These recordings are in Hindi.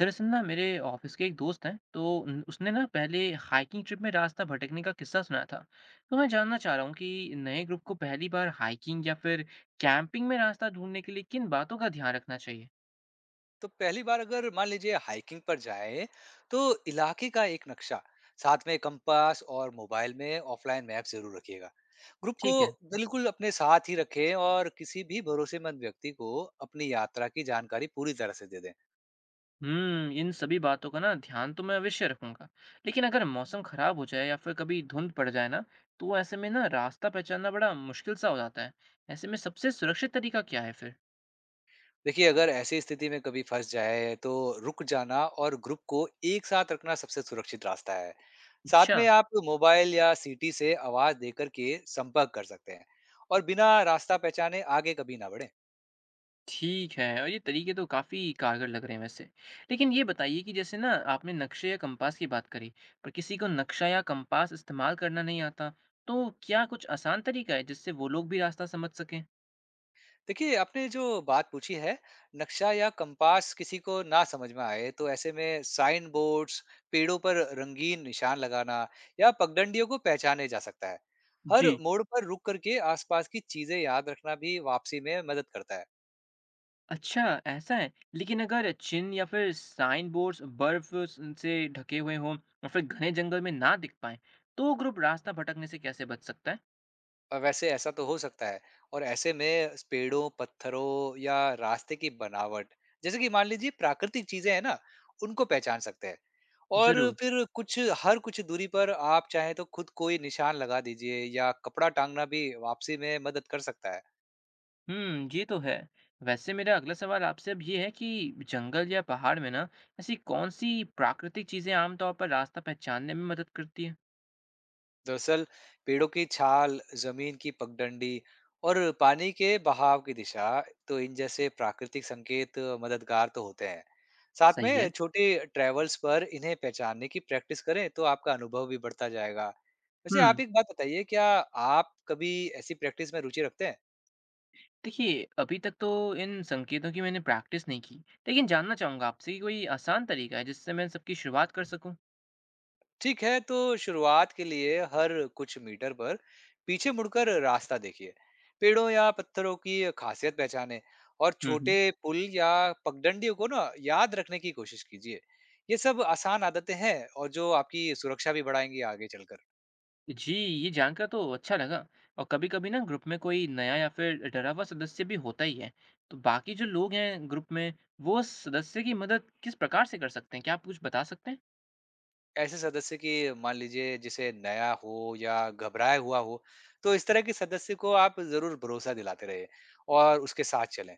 दरअसल ना मेरे ऑफिस के एक दोस्त हैं तो उसने ना पहले हाइकिंग ट्रिप में रास्ता भटकने का किस्सा सुना था। तो मैं जानना चाह रहा हूँ कि नए ग्रुप को पहली बार हाइकिंग या फिर कैंपिंग में रास्ता ढूंढने के लिए किन बातों का ध्यान रखना चाहिए। तो पहली बार अगर मान लीजिए हाइकिंग पर जाए तो इलाके का एक नक्शा, साथ में कंपास और मोबाइल में ऑफलाइन मैप जरूर रखिएगा। ग्रुप को ठीक है। बिल्कुल अपने साथ ही रखें और किसी भी भरोसेमंद व्यक्ति को अपनी यात्रा की जानकारी पूरी तरह से दे दें। हम्म, इन सभी बातों का ना ध्यान तो मैं अवश्य रखूंगा, लेकिन अगर मौसम खराब हो जाए या फिर कभी धुंध पड़ जाए ना, तो ऐसे में ना रास्ता पहचानना बड़ा मुश्किल सा हो जाता है। ऐसे में सबसे सुरक्षित तरीका क्या है फिर? देखिए, अगर ऐसी स्थिति में कभी फंस जाए तो रुक जाना और ग्रुप को एक साथ रखना सबसे सुरक्षित रास्ता है। साथ अच्छा। में आप मोबाइल या सीटी से आवाज देकर के संपर्क कर सकते हैं और बिना रास्ता पहचाने आगे कभी ना बढ़े। ठीक है, और ये तरीके तो काफ़ी कारगर लग रहे हैं वैसे। लेकिन ये बताइए कि जैसे ना आपने नक्शे या कंपास की बात करी, पर किसी को नक्शा या कंपास इस्तेमाल करना नहीं आता, तो क्या कुछ आसान तरीका है जिससे वो लोग भी रास्ता समझ सकें? देखिए, आपने जो बात पूछी है, नक्शा या कंपास किसी को ना समझ में आए तो ऐसे में साइन बोर्ड्स, पेड़ों पर रंगीन निशान लगाना या पगडंडियों को पहचाने जा सकता है। जी। हर मोड़ पर रुक करके आसपास की चीजें याद रखना भी वापसी में मदद करता है। अच्छा, ऐसा है। लेकिन अगर चिन्ह या फिर साइन बोर्ड्स बर्फ स से ढके हुए हों और फिर घने जंगल में ना दिख पाएँ, तो ग्रुप रास्ता भटकने से कैसे बच सकता है? और वैसे ऐसा तो हो सकता है, और ऐसे में पेड़ों, पत्थरों या रास्ते की बनावट, जैसे कि मान लीजिए प्राकृतिक चीजें हैं ना, उनको पहचान सकते हैं। और ज़रूर। फिर कुछ हर कुछ दूरी पर आप चाहें तो खुद कोई निशान लगा दीजिए या कपड़ा टांगना भी वापसी में मदद कर सकता है। हुँ, ये तो है। वैसे मेरा अगला सवाल आपसे अब ये है कि जंगल या पहाड़ में ना ऐसी कौन-सी प्राकृतिक चीज़ें आम तौर पर रास्ता पहचानने में मदद करती हैं? दरअसल पेड़ों की छाल, जमीन की पगडंडी और पानी के बहाव की दिशा, तो इन जैसे प्राकृतिक संकेत मददगार तो होते हैं। साथ सही है। में छोटे ट्रेवल्स पर इन्हें पहचानने की प्रैक्टिस करें तो आपका अनुभव भी बढ़ता जाएगा। वैसे हुँ, आप एक बात बताइए, क्या आप कभी ऐसी प्रैक्टिस में रुचि रखते हैं? देखिए अभी तक तो इन संकेतों की मैंने प्रैक्टिस नहीं की, लेकिन जानना चाहूँगा आपसे कि कोई आसान तरीका है जिससे मैं इन सब की शुरुआत कर सकूँ? ठीक है, तो शुरुआत के लिए हर कुछ मीटर पर पीछे मुड़कर रास्ता देखिए, पेड़ों या पत्थरों की खासियत पहचाने और हम्म। छोटे पुल या पगडंडियों को ना याद रखने की कोशिश कीजिए। ये सब आसान आदतें हैं और जो आपकी सुरक्षा भी बढ़ाएंगी आगे चलकर। जी, ये जानकर तो अच्छा लगा। और कभी-कभी ना ग्रुप में कोई नया या फिर डरा हुआ सदस्य भी होता ही है। तो बाकी जो लोग हैं ग्रुप में वो उस सदस्य की मदद किस प्रकार से कर सकते हैं? क्या आप कुछ बता सकते हैं? ऐसे सदस्य की, मान लीजिए जिसे नया हो या घबराया हुआ हो, तो इस तरह के सदस्य को आप जरूर भरोसा दिलाते रहे और उसके साथ चलें।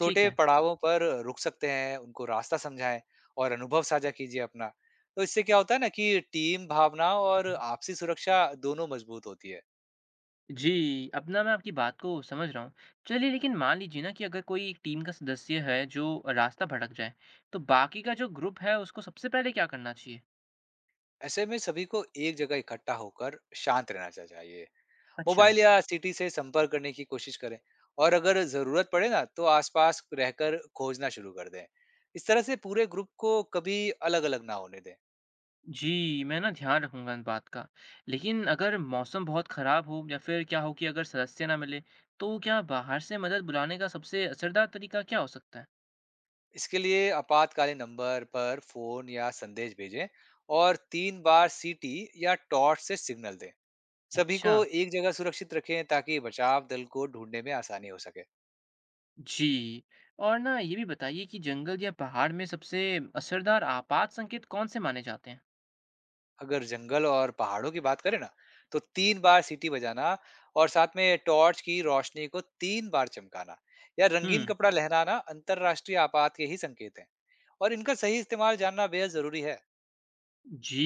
ठीक है। पड़ावों पर रुक सकते हैं, उनको रास्ता समझाएँ और अनुभव साझा कीजिए अपना। तो इससे क्या होता है ना कि टीम भावना और आपसी सुरक्षा दोनों मजबूत होती है। जी, अब ना मैं आपकी बात को समझ रहा हूँ। चलिए लेकिन मान लीजिए ना कि अगर कोई एक टीम का सदस्य है जो रास्ता भटक जाए, तो बाकी का जो ग्रुप है उसको सबसे पहले क्या करना चाहिए? ऐसे में सभी को एक जगह इकट्ठा होकर शांत रहना चा चाहिए। अच्छा। मोबाइल या सिटी से संपर्क करने की कोशिश करें और अगर ज़रूरत पड़े ना तो आसपास रहकर खोजना शुरू कर दें। इस तरह से पूरे ग्रुप को कभी अलग-अलग ना होने दें। जी, मैं ना ध्यान रखूँगा इस बात का। लेकिन अगर मौसम बहुत ख़राब हो या फिर क्या हो कि अगर सदस्य ना मिले, तो क्या बाहर से मदद बुलाने का सबसे असरदार तरीका क्या हो सकता है? इसके लिए आपातकालीन नंबर पर फोन या संदेश भेजें और 3 बार सीटी या टॉर्च से सिग्नल दें। सभी अच्छा, को एक जगह सुरक्षित रखें ताकि बचाव दल को ढूंढने में आसानी हो सके। जी। और ना ये भी बताइए कि जंगल या पहाड़ में सबसे असरदार आपात संकेत कौन से माने जाते हैं? अगर जंगल और पहाड़ों की बात करें ना, तो तीन बार सीटी बजाना और साथ में टॉर्च की रोशनी को 3 बार चमकाना या रंगीन हुँ, कपड़ा लहराना अंतरराष्ट्रीय आपात के ही संकेत हैं और इनका सही इस्तेमाल जानना बेहद जरूरी है। जी,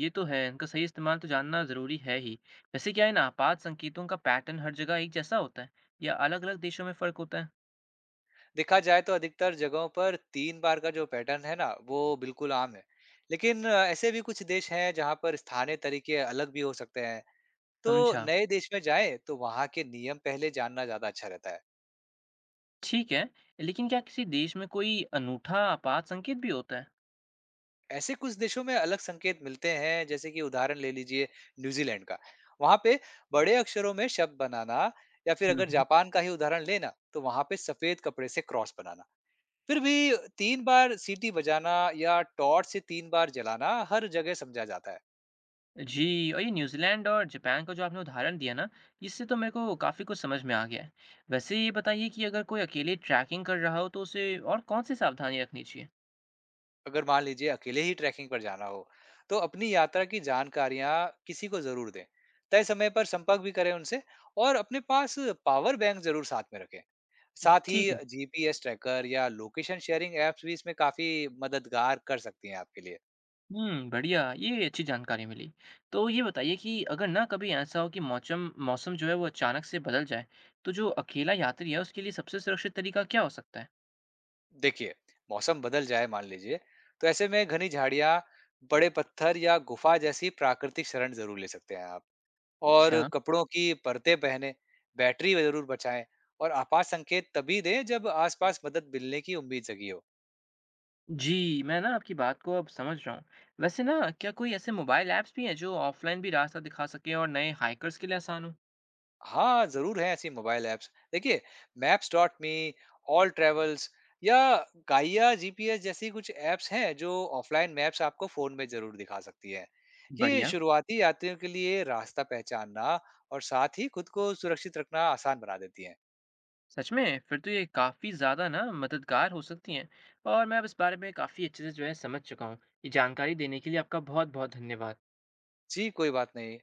ये तो है। इनका सही इस्तेमाल तो जानना ज़रूरी है ही। वैसे क्या इन आपात संकेतों का पैटर्न हर जगह एक जैसा होता है या अलग-अलग देशों में फ़र्क होता है? देखा जाए तो अधिकतर जगहों पर 3 बार का जो पैटर्न है ना वो बिल्कुल आम है। लेकिन ऐसे भी कुछ देश हैं जहाँ पर स्थानीय तरीके अलग भी हो सकते हैं, तो समझा। नए देश में जाएं तो वहाँ के नियम पहले जानना ज्यादा अच्छा रहता है। ठीक है, लेकिन क्या किसी देश में कोई अनूठा आपात संकेत भी होता है? ऐसे कुछ देशों में अलग संकेत मिलते हैं, जैसे कि उदाहरण ले लीजिए न्यूजीलैंड का, वहाँ पे बड़े अक्षरों में शब्द बनाना, या फिर हुँ, अगर हुँ। जापान का ही उदाहरण लेना तो वहाँ पे सफेद कपड़े से क्रॉस बनाना। फिर भी 3 बार सीटी बजाना या टॉर्च से 3 बार जलाना हर जगह समझा जाता है। जी, और ये न्यूज़ीलैंड और जापान का जो आपने उदाहरण दिया ना, इससे तो मेरे को काफ़ी कुछ समझ में आ गया है। वैसे ये बताइए कि अगर कोई अकेले ट्रैकिंग कर रहा हो, तो उसे और कौन-सी सावधानी रखनी चाहिए? अगर मान लीजिए अकेले ही ट्रैकिंग पर जाना हो, तो अपनी यात्रा की जानकारियाँ किसी को ज़रूर दें। तय समय पर संपर्क भी करें उनसे और अपने पास पावर बैंक ज़रूर साथ में रखें। साथ ही ठीक है। जीपीएस ट्रैकर या लोकेशन शेयरिंग ऐप्स भी इसमें काफ़ी मददगार कर सकती हैं आपके लिए। हुँ, बढ़िया, ये अच्छी जानकारी मिली। तो ये बताइए कि अगर ना कभी ऐसा हो कि मौचम मौसम जो है वो अचानक से बदल जाए, तो जो अकेला यात्री है, उसके लिए सबसे सुरक्षित तरीका क्या हो सकता है? देखिए, मौसम बदल जाए मान लीजिए, तो ऐसे में घनी झाड़ियाँ, बड़े पत्थर या गुफा जैसी प्राकृतिक शरण ज़रूर ले सकते हैं आप। और अच्छा। कपड़ों की परतें पहने, बैटरी ज़रूर बचाएँ और आपात संकेत तभी दें जब आसपास मदद मिलने की उम्मीद जगी हो। जी, मैं ना आपकी बात को अब समझ रहा हूँ। वैसे ना क्या कोई ऐसे मोबाइल ऐप्स भी हैं जो ऑफ़लाइन भी रास्ता दिखा सकें और नए हाइकर्स के लिए आसान हो? हाँ, ज़रूर हैं ऐसी मोबाइल ऐप्स। देखिए, maps dot me, AllTrails या गाइया जीपीएस जैसी कुछ ऐप्स हैं जो ऑफलाइन मैप्स आपको फ़ोन में ज़रूर दिखा सकती हैं। ये बढ़िया। शुरुआती यात्रियों के लिए रास्ता पहचानना और साथ ही खुद को सुरक्षित रखना आसान बना देती हैं। सच में? फिर तो ये काफ़ी ज़्यादा ना मददगार हो सकती हैं और मैं अब इस बारे में काफ़ी अच्छे से जो है समझ चुका हूँ। ये जानकारी देने के लिए आपका बहुत-बहुत धन्यवाद। जी, कोई बात नहीं।